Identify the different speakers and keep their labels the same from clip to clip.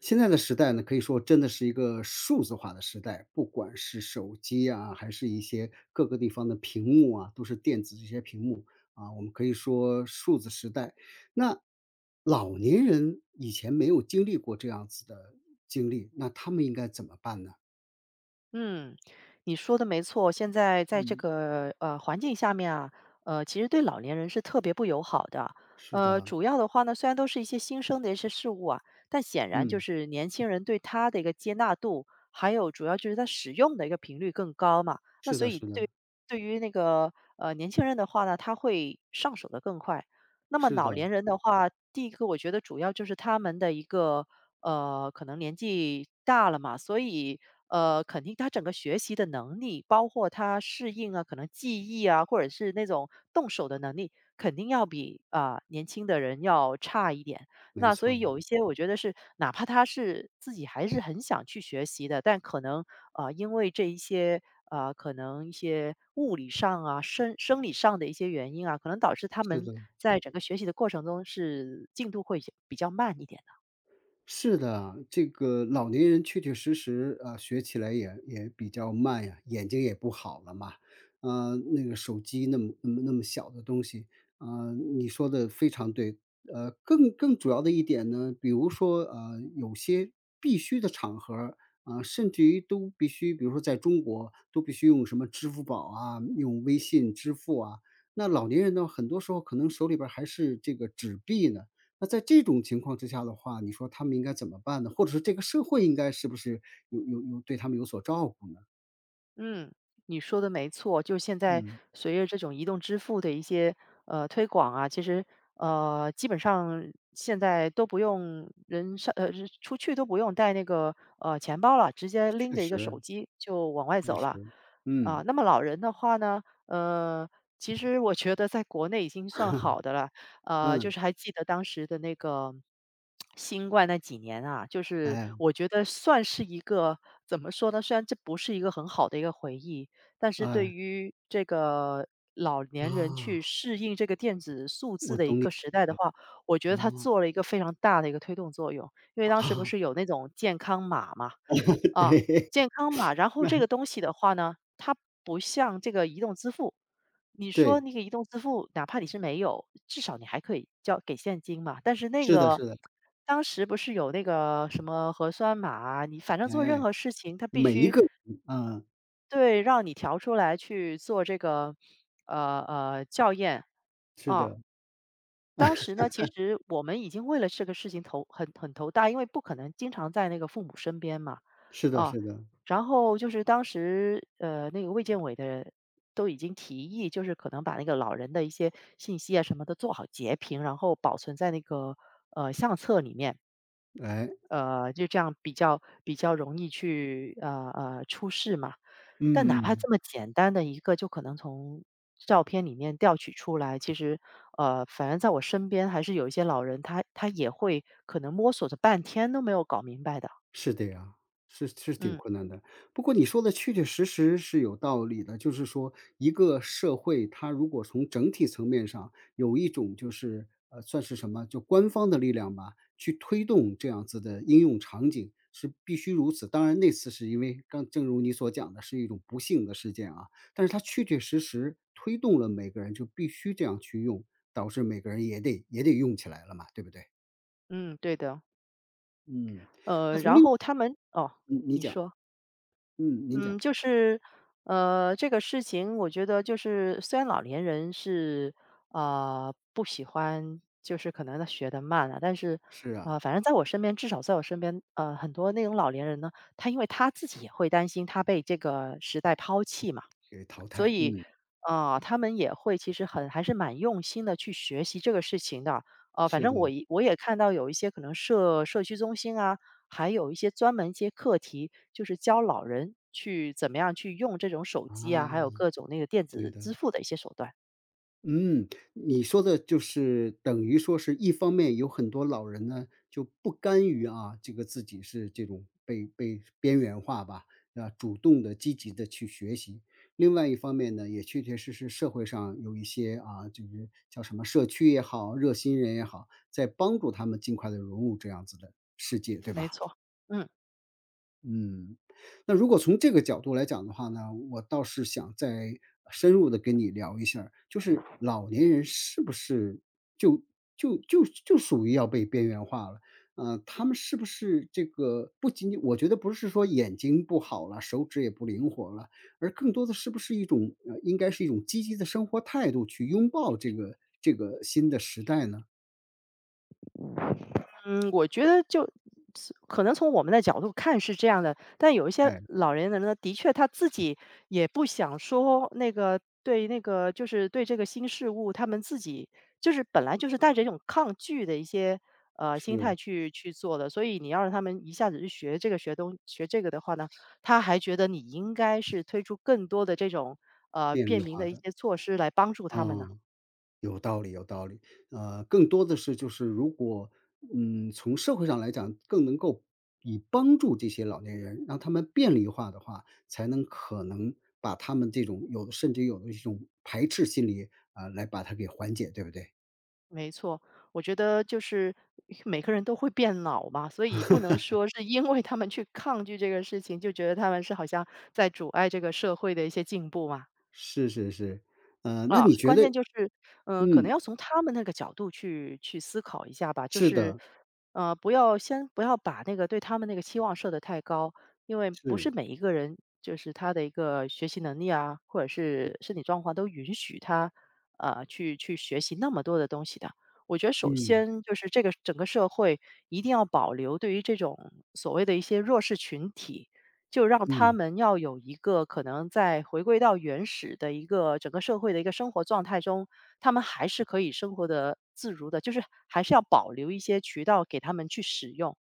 Speaker 1: 现在的时代呢，可以说真的是一个数字化的时代，不管是手机啊，还是一些各个地方的屏幕啊，都是电子这些屏幕啊，我们可以说数字时代。那老年人以前没有经历过这样子的经历，那他们应该怎么办呢？
Speaker 2: 嗯，你说的没错。现在在这
Speaker 1: 嗯。
Speaker 2: 个环境下面啊，其实对老年人是特别不友好的。
Speaker 1: 是的，
Speaker 2: 主要的话呢，虽然都是一些新生的一些事物啊，但显然就
Speaker 1: 嗯，
Speaker 2: 是年轻人对它的一个接纳度，还有主要就是它使用的一个频率更高嘛。那
Speaker 1: 是
Speaker 2: 所
Speaker 1: 的
Speaker 2: 以
Speaker 1: 是的，
Speaker 2: 对于那个年轻人的话呢，他会上手的更快。那么
Speaker 1: 是的，
Speaker 2: 老年人的话，第一个我觉得主要就是他们的一个可能年纪大了嘛，所以肯定他整个学习的能力，包括他适应啊，可能记忆啊，或者是那种动手的能力，肯定要比啊、年轻的人要差一点。
Speaker 1: 没
Speaker 2: 那所
Speaker 1: 错
Speaker 2: 以
Speaker 1: 儿，
Speaker 2: 有一些，我觉得是哪怕他是自己还是很想去学习的，但可能啊、因为这一些啊、可能一些物理上啊、生理上的一些原因啊，可能导致他
Speaker 1: 是
Speaker 2: 们
Speaker 1: 的。
Speaker 2: 在整个学习的过程中是进度会比较慢一点。
Speaker 1: 是的，这个老年人确确实实，啊，学起来也比较慢呀，眼睛也不好了嘛。那个手机那么小的东西，你说的非常对。更主要的一点呢，比如说，有些必须的场合儿，啊、甚至于都必须，比如说在中国都必须用什么支付宝啊，用微信支付啊。那老年人呢，很多时候可能手里边儿还是这个纸币呢。那在这种情况之下的话，你说他们应该怎么办呢？或者是这个社会应该是不是有对他们有所照顾呢？
Speaker 2: 嗯，你说的没错，就现在
Speaker 1: 嗯，
Speaker 2: 随着这种移动支付的一些推广啊，其实基本上现在都不用人上是出去都不用带那个钱包了，直接拎
Speaker 1: 确
Speaker 2: 着一个手
Speaker 1: 实
Speaker 2: 机就往外
Speaker 1: 确
Speaker 2: 走了
Speaker 1: 实。
Speaker 2: 啊、
Speaker 1: 嗯，
Speaker 2: 那么老人的话呢，其实我觉得在国内已经算 好的了，就
Speaker 1: 嗯，
Speaker 2: 是还记得当时的那个新冠那几年啊，就是
Speaker 1: 哎，
Speaker 2: 我觉得算是一个怎么说呢？虽然这不是一个很好的一个回忆，但是对
Speaker 1: 哎，
Speaker 2: 于这个老年人
Speaker 1: 啊，
Speaker 2: 去适应这个电子数字
Speaker 1: 我
Speaker 2: 的一
Speaker 1: 懂你
Speaker 2: 个
Speaker 1: 意
Speaker 2: 时代
Speaker 1: 思
Speaker 2: 的
Speaker 1: 了。
Speaker 2: 话，我觉得它做了一个非常大的一个推动作用。因为当时不
Speaker 1: 啊，
Speaker 2: 是有那种健康码嘛，啊，
Speaker 1: 对
Speaker 2: 健康码。然后这 个东西的话呢，它不像这个移动支付，你说
Speaker 1: 对，
Speaker 2: 那个移动支付，哪怕你是没有，至少你还可以交给现金嘛。但是那
Speaker 1: 是的
Speaker 2: 个
Speaker 1: 是的，
Speaker 2: 当时不是有那个什么核酸码啊，你反正做任
Speaker 1: 哎，
Speaker 2: 何事情，它必
Speaker 1: 每一
Speaker 2: 须
Speaker 1: 个人，啊，
Speaker 2: 对让你调出来去做这个校验
Speaker 1: 是
Speaker 2: 啊。
Speaker 1: 的
Speaker 2: 当时呢，其实我们已经为了这个事情头很头大，因为不可能经常在那个父母身边嘛，
Speaker 1: 是的
Speaker 2: 啊，
Speaker 1: 是的，
Speaker 2: 然后就是当时那个卫健委的都已经提议，就是可能把那个老人的一些信息啊什么的做好截屏，然后保存在那个相册里面。
Speaker 1: 哎，
Speaker 2: 就这样比较容易去出事嘛。但
Speaker 1: 嗯
Speaker 2: 哪怕这
Speaker 1: 嗯。
Speaker 2: 么简单的一个，就可能从照片里面调取出来，其实反正在我身边还是有一些老人，他也会可能摸索着半天都没有搞明白的。
Speaker 1: 是的呀，是是挺
Speaker 2: 嗯
Speaker 1: 困难的。不过你说的确确实实是有道理的，就是说一个社会，它如果从整体层面上有一种就是算是什么，就官方的力量吧，去推动这样子的应用场景是必须如此。当然那次是因为刚正如你所讲的是一种不幸的事件啊，但是它确确实实推动了每个人就必须这样去用，导致每个人也得用起来了嘛，对不对？
Speaker 2: 嗯，对的。
Speaker 1: 嗯，那从
Speaker 2: 然
Speaker 1: 另
Speaker 2: 后他们哦，
Speaker 1: 你
Speaker 2: 你
Speaker 1: 讲，
Speaker 2: 说。
Speaker 1: 嗯，您讲。
Speaker 2: 嗯，就是，这个事情我觉得就是，虽然老年人是啊，不喜欢，就是可能他学的慢啊，但是
Speaker 1: 是
Speaker 2: 啊，
Speaker 1: 啊，
Speaker 2: 反正在我身边，至少在我身边，很多那种老年人呢，他因为他自己也会担心他被这个时代抛弃嘛，
Speaker 1: 给淘
Speaker 2: 所
Speaker 1: 汰，
Speaker 2: 以，
Speaker 1: 嗯，
Speaker 2: 啊，他们也会其实很还是蛮用心的去学习这个事情的。反
Speaker 1: 是
Speaker 2: 正
Speaker 1: 的，
Speaker 2: 我也看到有一些可能社区中心啊，还有一些专门一些课题，就是教老人去怎么样去用这种手机啊，
Speaker 1: 啊，
Speaker 2: 还有各种那个电
Speaker 1: 对
Speaker 2: 子
Speaker 1: 的。
Speaker 2: 支付的一些手段，
Speaker 1: 嗯，你说的就是等于说是一方面有很多老人呢就不甘于啊，这个自己是这种被边缘化吧，啊，主动的、积极的去学习。另外一方面呢，也确确实实社会上有一些啊，就是叫什么社区也好，热心人也好，在帮助他们尽快的融入这样子的世界，对
Speaker 2: 没
Speaker 1: 吧？
Speaker 2: 错，嗯。
Speaker 1: 嗯，那如果从这个角度来讲的话呢，我倒是想再深入的跟你聊一下儿就是老年人是不是就就属于要被边缘化了？呃，他们是不是这个不仅仅我觉得不是说眼睛不好了，手指也不灵活了，而更多的是不是一种应该是一种积极的生活态度去拥抱这个新的时代呢？
Speaker 2: 嗯，我觉得就是可能从我们的角度看是这样的，但有一些
Speaker 1: 哎，
Speaker 2: 老人呢，的确他自己也不想说那个对那个就是对这个新事物，他们自己就是本来就是带着一种抗拒的一些心态
Speaker 1: 是
Speaker 2: 去做的，所以你要让他们一下子去学这个的话呢，他还觉得你应该是推出更多的这种
Speaker 1: 便利
Speaker 2: 便民
Speaker 1: 化
Speaker 2: 的一
Speaker 1: 的，
Speaker 2: 些措施来帮助
Speaker 1: 啊。
Speaker 2: 他们呢。
Speaker 1: 有道理，有道理。更多的是就是如果，嗯，从社会上来讲，更能够以帮助这些老年人，让他们便利化的话，才能可能把他们这种有的甚至有的一种排斥心理啊，来把它给缓解，对不对？
Speaker 2: 没错，我觉得就是每个人都会变老嘛，所以不能说是因为他们去抗拒这个事情，就觉得他们是好像在阻碍这个社会的一些进步嘛。
Speaker 1: 是是是，那
Speaker 2: 啊，
Speaker 1: 你觉
Speaker 2: 关
Speaker 1: 得
Speaker 2: 键就是，可能
Speaker 1: 嗯，
Speaker 2: 要从他们那个角度去思考一下吧，就
Speaker 1: 是
Speaker 2: 是，
Speaker 1: 的，
Speaker 2: 不要把那个对他们那个期望设得太高，因为不是
Speaker 1: 是，
Speaker 2: 每一个人就是他的一个学习能力啊，或者是身体状况都允许他，去学习那么多的东西的。我觉得首
Speaker 1: 嗯，
Speaker 2: 先就是这个整个社会一定要保留对于这种所谓的一些弱势群体，就让他
Speaker 1: 嗯。
Speaker 2: 们要有一个可能在回归到原始的一个整个社会的一个生活状态中，他们还是可以生活的自如的，就是还是要保留一些渠道给他们去使用。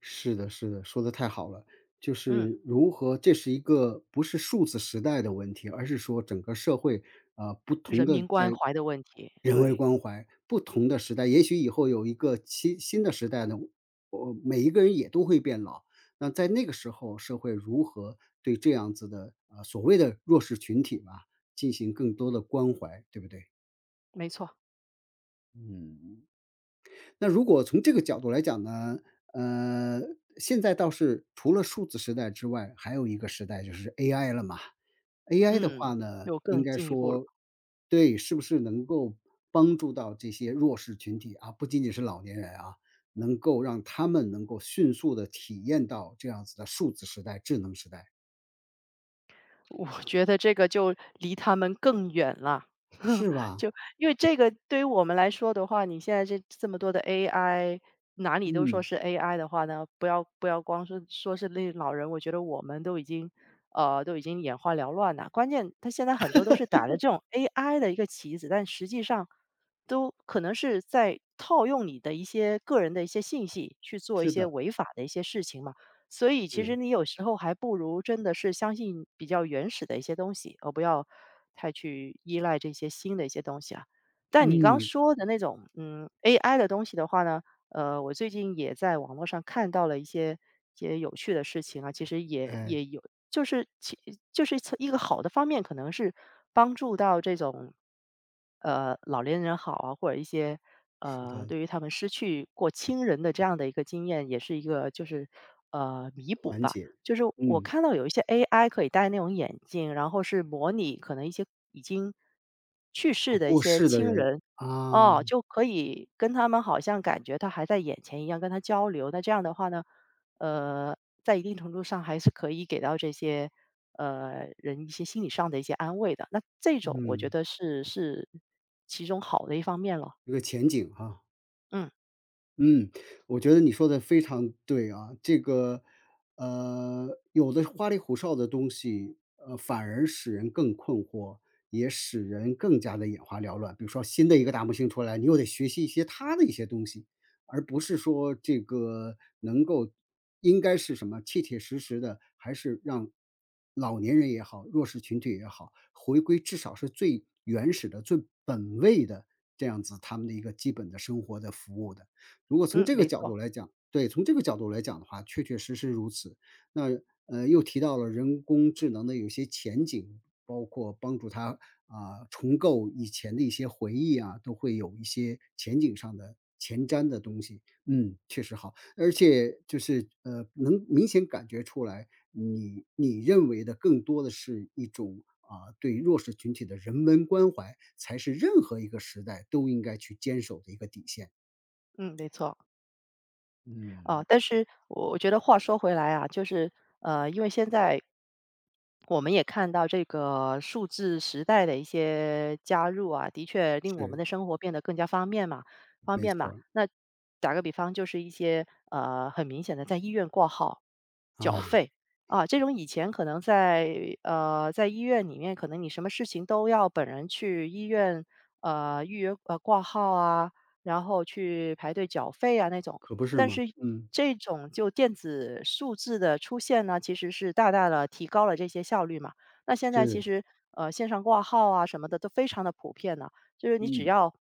Speaker 1: 是的，是的，说的太好了。就
Speaker 2: 嗯，
Speaker 1: 是如何，这是一个不是数字时代的问题，而是说整个社会啊、不同
Speaker 2: 人
Speaker 1: 的
Speaker 2: 民关
Speaker 1: 在
Speaker 2: 怀的问题，
Speaker 1: 人为
Speaker 2: 对，
Speaker 1: 关怀，不同的时代，也许以后有一个新新的时代呢，我每一个人也都会变老。那在那个时候，社会如何对这样子的啊、所谓的弱势群体吧，进行更多的关怀，对不对？
Speaker 2: 没错，
Speaker 1: 嗯，那如果从这个角度来讲呢，呃，现在倒是除了数字时代之外，还有一个时代就是 AI 了嘛。AI 的
Speaker 2: 嗯，
Speaker 1: 话呢，
Speaker 2: 又
Speaker 1: 应
Speaker 2: 更
Speaker 1: 该
Speaker 2: 进一步了。
Speaker 1: 说对，是不是能够帮助到这些弱势群体啊，不仅仅是老年人啊，能够让他们能够迅速的体验到这样子的数字时代、智能时代，
Speaker 2: 我觉得这个就离他们更远了。
Speaker 1: 是吧？
Speaker 2: 就因为这个对于我们来说的话，你现在这么多的 AI，哪里都说
Speaker 1: 嗯，
Speaker 2: 是 AI 的话呢，不要不要光说说是那老人，我觉得我们都已经眼花缭乱了。关键他现在很多都是打着这种 AI 的一个旗子，但实际上都可能是在套用你的一些个人的一些信息去做一
Speaker 1: 是
Speaker 2: 些
Speaker 1: 的，
Speaker 2: 违法的一些事情嘛。所以其实
Speaker 1: 是，
Speaker 2: 你有时候还不如真的是相信比较原始的一些东西，而不要太去依赖这些新的一些东西啊。但你刚
Speaker 1: 嗯，
Speaker 2: 说的那种，嗯，AI 的东西的话呢，我最近也在网络上看到了一些有趣的事情啊，其实也
Speaker 1: 哎，
Speaker 2: 也有，就是从一个好的方面，可能是帮助到这种老年人好啊，或者一些
Speaker 1: 是的，
Speaker 2: 对于他们失去过亲人的这样的一个经验，也是一个就是弥补
Speaker 1: 缓
Speaker 2: 吧。
Speaker 1: 解，
Speaker 2: 就是我
Speaker 1: 嗯，
Speaker 2: 看到有一些 AI 可以戴那种眼镜，然后是模拟可能一些已经去
Speaker 1: 啊，
Speaker 2: 世的一
Speaker 1: 过
Speaker 2: 些
Speaker 1: 世的
Speaker 2: 亲
Speaker 1: 人，
Speaker 2: 人，
Speaker 1: 啊，
Speaker 2: 哦，就可以跟他们好像感觉他还在眼前一样跟他交流，那这样的话呢，呃，在一定程度上还是可以给到这些，人一些心理上的一些安慰的。那这种我觉
Speaker 1: 嗯。
Speaker 2: 得是其中好的一方面了。
Speaker 1: 一个前景哈、
Speaker 2: 嗯，
Speaker 1: 嗯，我觉得你说的非常对啊。这个，有的花里胡哨的东西，反而使人更困惑，也使人更加的眼花缭乱。比如说新的一个大明星出来，你又得学习一些他的一些东西，而不是说这个能够应该是什么，切切实实的，还是让老年人也好，弱势群体也好，回归至少是最原始的、最本位的这样子他们的一个基本的生活的服务的。如果从
Speaker 2: 嗯，
Speaker 1: 这个
Speaker 2: 没
Speaker 1: 角
Speaker 2: 错，
Speaker 1: 度来讲，对，从这个角度来讲的话，确确实实如此。那又提到了人工智能的有些前景，包括帮助它啊、重构以前的一些回忆啊，都会有一些前景上的前瞻的东西。嗯，确实好，而且就是能明显感觉出来你，你认为的更多的是一种。啊，对弱势群体的人文关怀才是任何一个时代都应该去坚守的一个底线。
Speaker 2: 嗯，没错。啊，
Speaker 1: 嗯，
Speaker 2: 但是我觉得话说回来啊，就是因为现在我们也看到这个数字时代的一些加入啊，的确令我们
Speaker 1: 是，
Speaker 2: 的生活变得更加方便嘛，
Speaker 1: 没错儿
Speaker 2: 那打个比方，就是一些很明显的在医院挂号、缴
Speaker 1: 啊，
Speaker 2: 费啊，这种以前可能在在医院里面，可能你什么事情都要本人去医院预约挂号啊，然后去排队缴费啊那种。
Speaker 1: 可不是
Speaker 2: 但
Speaker 1: 嘛，
Speaker 2: 是
Speaker 1: 嗯，
Speaker 2: 这种就电子数字的出现呢，其实是大大的提高了这些效率嘛。那现在其
Speaker 1: 是，
Speaker 2: 实，线上挂号啊什么的都非常的普遍了，就是你只
Speaker 1: 嗯，
Speaker 2: 要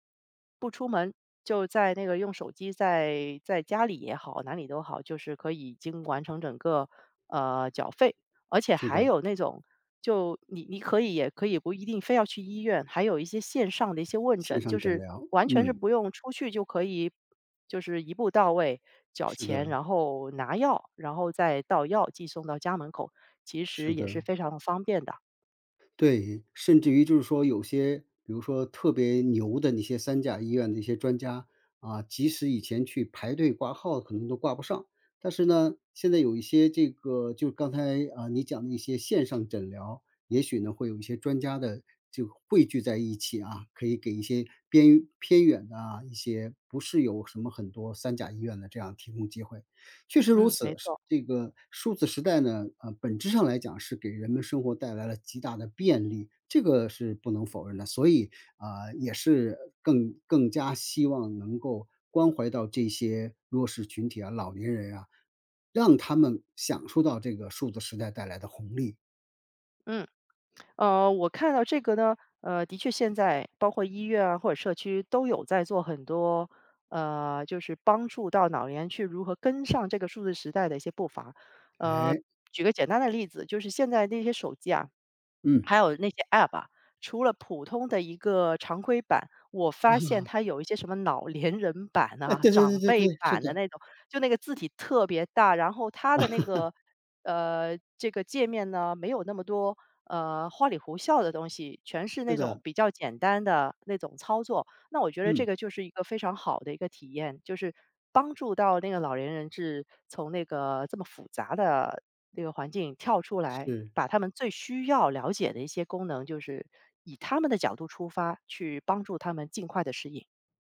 Speaker 2: 不出门，就在那个用手机在家里也好，哪里都好，就是可以已经完成整个，缴费。而且
Speaker 1: 是
Speaker 2: 还
Speaker 1: 的，
Speaker 2: 有那种，就你可以也可以不一定非要去医院，还有一些线上的一些问
Speaker 1: 线
Speaker 2: 诊，就
Speaker 1: 上诊
Speaker 2: 是
Speaker 1: 疗，
Speaker 2: 完全是
Speaker 1: 嗯，
Speaker 2: 不用出去就可以，就是一步到位，缴
Speaker 1: 是
Speaker 2: 钱，
Speaker 1: 的，
Speaker 2: 然后拿药，然后再到药寄送到家门口，其
Speaker 1: 是
Speaker 2: 实也是
Speaker 1: 的。
Speaker 2: 非常的方便的。
Speaker 1: 对，甚至于就是说有些，比如说特别牛的那些三甲医院的一些专家啊，即使以前去排队挂号可能都挂不上，但是呢，现在有一些这个，就刚才啊你讲的一些线上诊疗，也许呢会有一些专家的就汇聚在一起啊，可以给一些边偏远的啊一些不是有什么很多三甲医院的这样提供机会。确实如
Speaker 2: 嗯，没
Speaker 1: 此，是
Speaker 2: 错，
Speaker 1: 这个数字时代呢，本质上来讲是给人们生活带来了极大的便利，这个是不能否认的。所以，也是更加希望能够关怀到这些弱势群体啊、老年人啊，让他们享受到这个数字时代带来的红利。
Speaker 2: 嗯。我看到这个呢，的确现在包括医院啊或者社区都有在做很多，就是帮助到老年人去如何跟上这个数字时代的一些步伐。呃，
Speaker 1: 哎，
Speaker 2: 举个简单的例子，就是现在那些手机啊，
Speaker 1: 嗯，
Speaker 2: 还有那些 App 啊，除了普通的一个常规版，我发现
Speaker 1: 啊，
Speaker 2: 它有一些什么老年人版
Speaker 1: 哎，
Speaker 2: 啊、
Speaker 1: 对对对
Speaker 2: 长
Speaker 1: 对
Speaker 2: 辈
Speaker 1: 对，是
Speaker 2: 版的
Speaker 1: 的，
Speaker 2: 那种，就那个字体特别大，然后它的那个这个界面呢，没有那么多花里胡哨的东西，全是
Speaker 1: 是
Speaker 2: 那种
Speaker 1: 的，
Speaker 2: 比较简单的那种操作。那我觉得这
Speaker 1: 嗯，
Speaker 2: 个就是一个非常好的一个体验，就是帮助到那个老年人是从那个这么复杂的这个环境跳出来，
Speaker 1: 是。
Speaker 2: 把他们最需要了解的一些功能，就是以他们的角度出发，去帮助他们尽快的适应。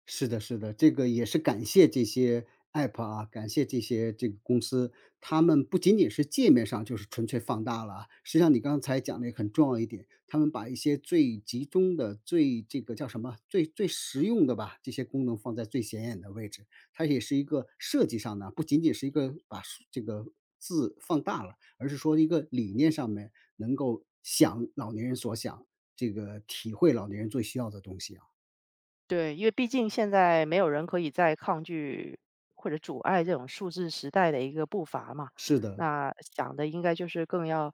Speaker 1: 是的，是的，这个也是感谢这些 App 啊，感谢这些这个公司，他们不仅仅是界面上就是纯粹放大了啊，实际上你刚才讲的也很重要一点，他们把一些最集中的、最这个叫什么、最实用的吧，这些功能放在最显眼的位置，它也是一个设计上呢，不仅仅是一个把数这个字放大了，而是说一个理念上面能够想老年人所想，这个体会老年人最需要的东西啊。
Speaker 2: 对，因为毕竟现在没有人可以再抗拒或者阻碍这种数字时代的一个步伐嘛，
Speaker 1: 是的，
Speaker 2: 那想的应该就是更要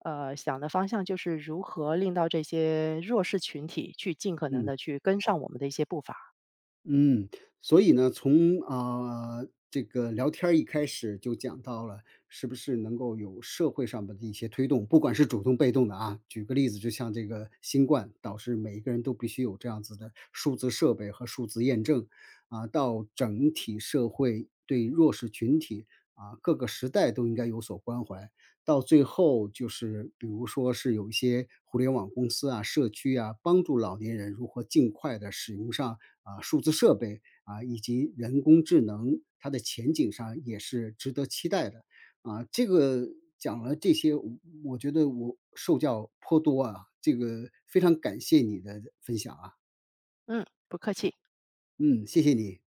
Speaker 2: 想的方向就是如何令到这些弱势群体去尽可能
Speaker 1: 嗯。
Speaker 2: 的去跟上我们的一些步伐。
Speaker 1: 嗯，所以呢，从啊、这个聊天儿一开始就讲到了，是不是能够有社会上面的一些推动，不管是主动被动的啊。举个例子，就像这个新冠，导致每一个人都必须有这样子的数字设备和数字验证啊，到整体社会对弱势群体啊各个时代都应该有所关怀到最后就是比如说是有一些互联网公司啊、社区啊，帮助老年人如何尽快的使用上，啊，数字设备，啊，以及人工智能，它的前景上也是值得期待的。啊，这个讲了这些，我觉得我受教颇多啊，这个非常感谢你的分享啊，
Speaker 2: 嗯，不客气。
Speaker 1: 嗯，谢谢你。